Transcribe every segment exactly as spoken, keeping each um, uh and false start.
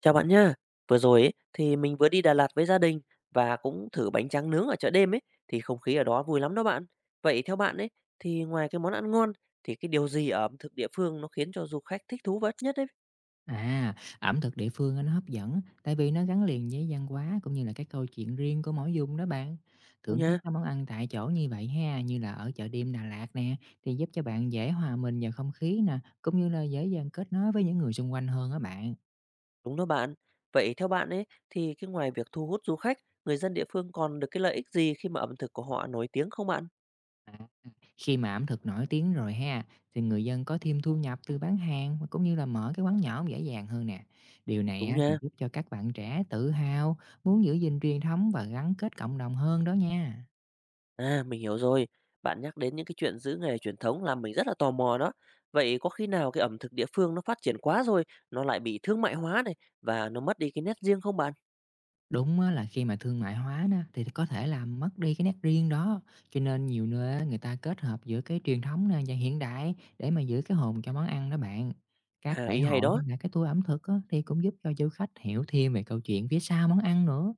Chào bạn nha. Vừa rồi ấy, thì mình vừa đi Đà Lạt với gia đình và cũng thử bánh tráng nướng ở chợ đêm ấy thì không khí ở đó vui lắm đó bạn. Vậy theo bạn ấy thì ngoài cái món ăn ngon thì cái điều gì ở ẩm thực địa phương nó khiến cho du khách thích thú vật nhất ấy? À, ẩm thực địa phương á, nó hấp dẫn tại vì nó gắn liền với văn hóa cũng như là cái câu chuyện riêng của mỗi vùng đó bạn. Đúng Thưởng thức nha, các món ăn tại chỗ như vậy ha, như là ở chợ đêm Đà Lạt nè, thì giúp cho bạn dễ hòa mình vào không khí nè, cũng như là dễ dàng kết nối với những người xung quanh hơn á bạn. đúng đó bạn. Vậy theo bạn ấy thì cái ngoài việc thu hút du khách, người dân địa phương còn được cái lợi ích gì khi mà ẩm thực của họ nổi tiếng không bạn? À, khi mà ẩm thực nổi tiếng rồi ha, thì người dân có thêm thu nhập từ bán hàng cũng như là mở cái quán nhỏ dễ dàng hơn nè. Điều này Đúng á, thì nha. giúp cho các bạn trẻ tự hào, muốn giữ gìn truyền thống và gắn kết cộng đồng hơn đó nha. À, mình hiểu rồi. Bạn nhắc đến những cái chuyện giữ nghề truyền thống làm mình rất là tò mò đó. Vậy có khi nào cái ẩm thực địa phương nó phát triển quá rồi, nó lại bị thương mại hóa này và nó mất đi cái nét riêng không bạn? Đúng á, là khi mà thương mại hóa đó thì có thể làm mất đi cái nét riêng đó, cho nên nhiều nơi á, người ta kết hợp giữa cái truyền thống nè và hiện đại để mà giữ cái hồn cho món ăn đó bạn. Các À, lễ ý hay hội hay đó, là cái tour ẩm thực á, thì cũng giúp cho du khách hiểu thêm về câu chuyện phía sau món ăn nữa.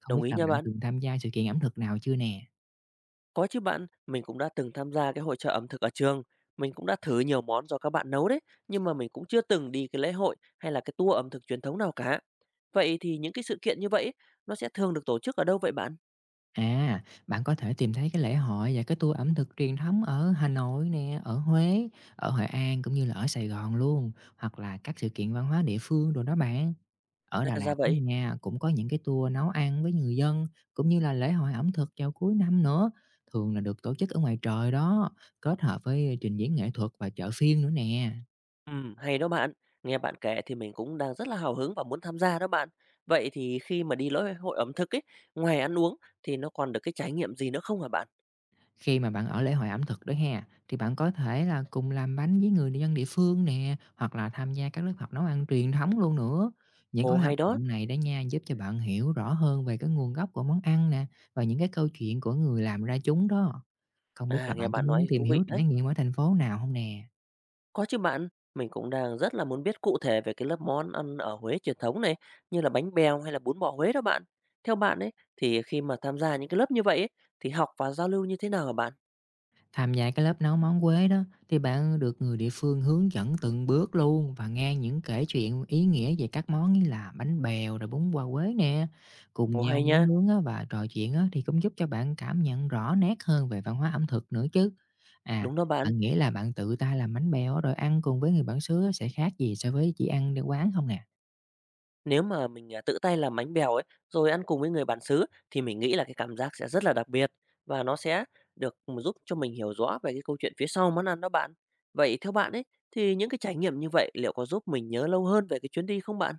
Không đồng biết ý là nha bạn bạn. từng tham gia sự kiện ẩm thực nào chưa nè? Có chứ bạn, mình cũng đã từng tham gia cái hội chợ ẩm thực ở trường. Mình cũng đã thử nhiều món do các bạn nấu đấy, nhưng mà mình cũng chưa từng đi cái lễ hội hay là cái tour ẩm thực truyền thống nào cả. Vậy thì những cái sự kiện như vậy ấy, nó sẽ thường được tổ chức ở đâu vậy bạn? À, bạn có thể tìm thấy cái lễ hội và cái tour ẩm thực truyền thống ở Hà Nội nè, ở Huế, ở Hội An cũng như là ở Sài Gòn luôn, hoặc là các sự kiện văn hóa địa phương đồ đó bạn. Ở Đà À, Lạt ra đó vậy. nha, cũng có những cái tour nấu ăn với người dân, cũng như là lễ hội ẩm thực vào cuối năm nữa, thường là được tổ chức ở ngoài trời đó, kết hợp với trình diễn nghệ thuật và chợ phiên nữa nè. Ừm, hay đó bạn. Nghe bạn kể thì mình cũng đang rất là hào hứng và muốn tham gia đó bạn. Vậy thì khi mà đi lễ hội ẩm thực ấy, ngoài ăn uống thì nó còn được cái trải nghiệm gì nữa không hả bạn? Khi mà bạn ở lễ hội ẩm thực đó ha, thì bạn có thể là cùng làm bánh với người dân địa phương nè, hoặc là tham gia các lớp học nấu ăn truyền thống luôn nữa. Những Ồ, cái hoạt hay đó. động này đó nha, giúp cho bạn hiểu rõ hơn về cái nguồn gốc của món ăn nè, và những cái câu chuyện của người làm ra chúng đó. Không biết là À, nghe bạn có bạn nói muốn thì tìm thú hiểu vị đấy. trải nghiệm ở thành phố nào không nè? Có chứ bạn, mình cũng đang rất là muốn biết cụ thể về cái lớp món ăn ở Huế truyền thống này, như là bánh bèo hay là bún bò Huế đó bạn. Theo bạn ấy thì khi mà tham gia những cái lớp như vậy ấy, thì học và giao lưu như thế nào hả bạn? Tham gia cái lớp nấu món Quế đó thì bạn được người địa phương hướng dẫn từng bước luôn và nghe những kể chuyện ý nghĩa về các món như là bánh bèo rồi bún bò Quế nè. Cùng Ồ, nhau hay nấu nha. nướng á, và trò chuyện á, thì cũng giúp cho bạn cảm nhận rõ nét hơn về văn hóa ẩm thực nữa chứ. À, Đúng đó bạn. bạn nghĩ là bạn tự tay làm bánh bèo á, rồi ăn cùng với người bản xứ á, sẽ khác gì so với chỉ ăn đi quán không nè? Nếu mà mình, à, tự tay làm bánh bèo ấy, rồi ăn cùng với người bản xứ thì mình nghĩ là cái cảm giác sẽ rất là đặc biệt và nó sẽ được ừ, giúp cho mình hiểu rõ về cái câu chuyện phía sau món ăn đó bạn. Vậy theo bạn ấy, thì những cái trải nghiệm như vậy liệu có giúp mình nhớ lâu hơn về cái chuyến đi không bạn?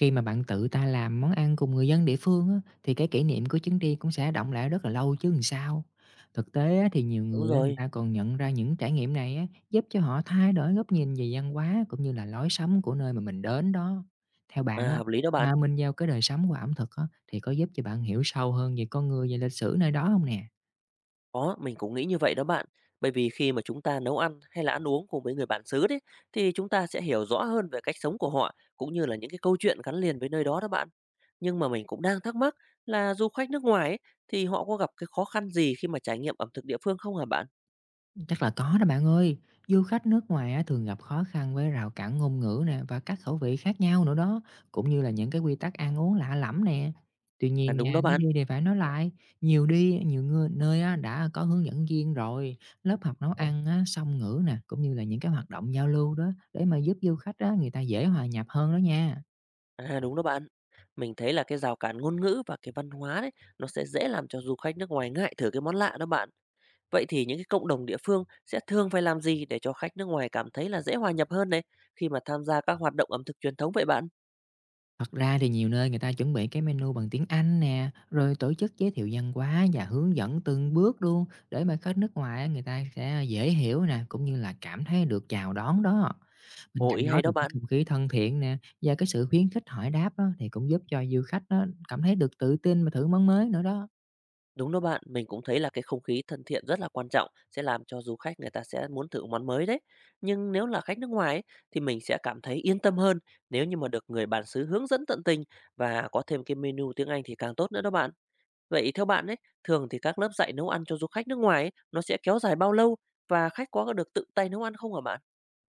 Khi mà bạn tự ta làm món ăn cùng người dân địa phương á, thì cái kỷ niệm của chuyến đi cũng sẽ đọng lại rất là lâu chứ làm sao. Thực tế á, thì nhiều Đúng người á, người rồi, ta còn nhận ra những trải nghiệm này á, giúp cho họ thay đổi góc nhìn về văn hóa cũng như là lối sống của nơi mà mình đến đó. Theo bạn à, á, hợp lý đó mà bạn. mình giao cái đời sống qua ẩm thực á, thì có giúp cho bạn hiểu sâu hơn về con người và lịch sử nơi đó không nè? Có, mình cũng nghĩ như vậy đó bạn. Bởi vì khi mà chúng ta nấu ăn hay là ăn uống cùng với người bản xứ đấy, thì chúng ta sẽ hiểu rõ hơn về cách sống của họ, cũng như là những cái câu chuyện gắn liền với nơi đó đó bạn. Nhưng mà mình cũng đang thắc mắc là du khách nước ngoài ấy, thì họ có gặp cái khó khăn gì khi mà trải nghiệm ẩm thực địa phương không hả bạn? Chắc là có đó bạn ơi. Du khách nước ngoài á, thường gặp khó khăn với rào cản ngôn ngữ nè và các khẩu vị khác nhau nữa đó, cũng như là những cái quy tắc ăn uống lạ lẫm nè. Tuy À, nhiên đúng nha, đó nếu bạn, đi thì phải nói lại, nhiều đi, nhiều ngư- nơi á, đã có hướng dẫn viên rồi, lớp học nấu ăn á, song ngữ nè, cũng như là những cái hoạt động giao lưu đó để mà giúp du khách á, người ta dễ hòa nhập hơn đó nha. à, đúng đó bạn. Mình thấy là cái rào cản ngôn ngữ và cái văn hóa đấy, nó sẽ dễ làm cho du khách nước ngoài ngại thử cái món lạ đó bạn. Vậy thì những cái cộng đồng địa phương sẽ thường phải làm gì để cho khách nước ngoài cảm thấy là dễ hòa nhập hơn này khi mà tham gia các hoạt động ẩm thực truyền thống vậy bạn? Thật ra thì nhiều nơi người ta chuẩn bị cái menu bằng tiếng Anh nè, rồi tổ chức giới thiệu văn hóa và hướng dẫn từng bước luôn để mà khách nước ngoài á, người ta sẽ dễ hiểu nè, cũng như là cảm thấy được chào đón đó. Bên Ồ, cạnh ý đó hay đó thì cái bạn. không khí thân thiện nè và cái sự khuyến khích hỏi đáp đó thì cũng giúp cho du khách đó cảm thấy được tự tin mà thử món mới nữa đó. Đúng đó bạn, mình cũng thấy là cái không khí thân thiện rất là quan trọng sẽ làm cho du khách người ta sẽ muốn thử món mới đấy. Nhưng nếu là khách nước ngoài ấy, thì mình sẽ cảm thấy yên tâm hơn nếu như mà được người bản xứ hướng dẫn tận tình và có thêm cái menu tiếng Anh thì càng tốt nữa đó bạn. Vậy theo bạn ấy, thường thì các lớp dạy nấu ăn cho du khách nước ngoài ấy, nó sẽ kéo dài bao lâu và khách có được tự tay nấu ăn không hả bạn?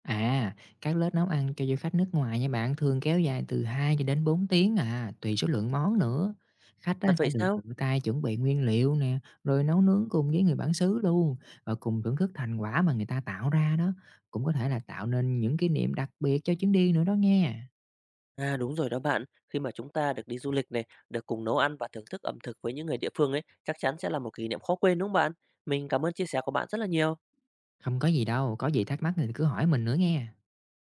À, các lớp nấu ăn cho du khách nước ngoài nha bạn thường kéo dài từ hai cho đến bốn tiếng à, tùy số lượng món nữa. Khách á, Thật sẽ vậy được tự sao? tay chuẩn bị nguyên liệu nè, rồi nấu nướng cùng với người bản xứ luôn, và cùng thưởng thức thành quả mà người ta tạo ra đó. Cũng có thể là tạo nên những kỷ niệm đặc biệt cho chuyến đi nữa đó nghe. À, đúng rồi đó bạn, khi mà chúng ta được đi du lịch này, được cùng nấu ăn và thưởng thức ẩm thực với những người địa phương ấy, chắc chắn sẽ là một kỷ niệm khó quên đúng không bạn? Mình cảm ơn chia sẻ của bạn rất là nhiều. Không có gì đâu, có gì thắc mắc thì cứ hỏi mình nữa nghe.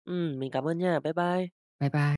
Ừ, mình cảm ơn nha, bye bye. Bye bye.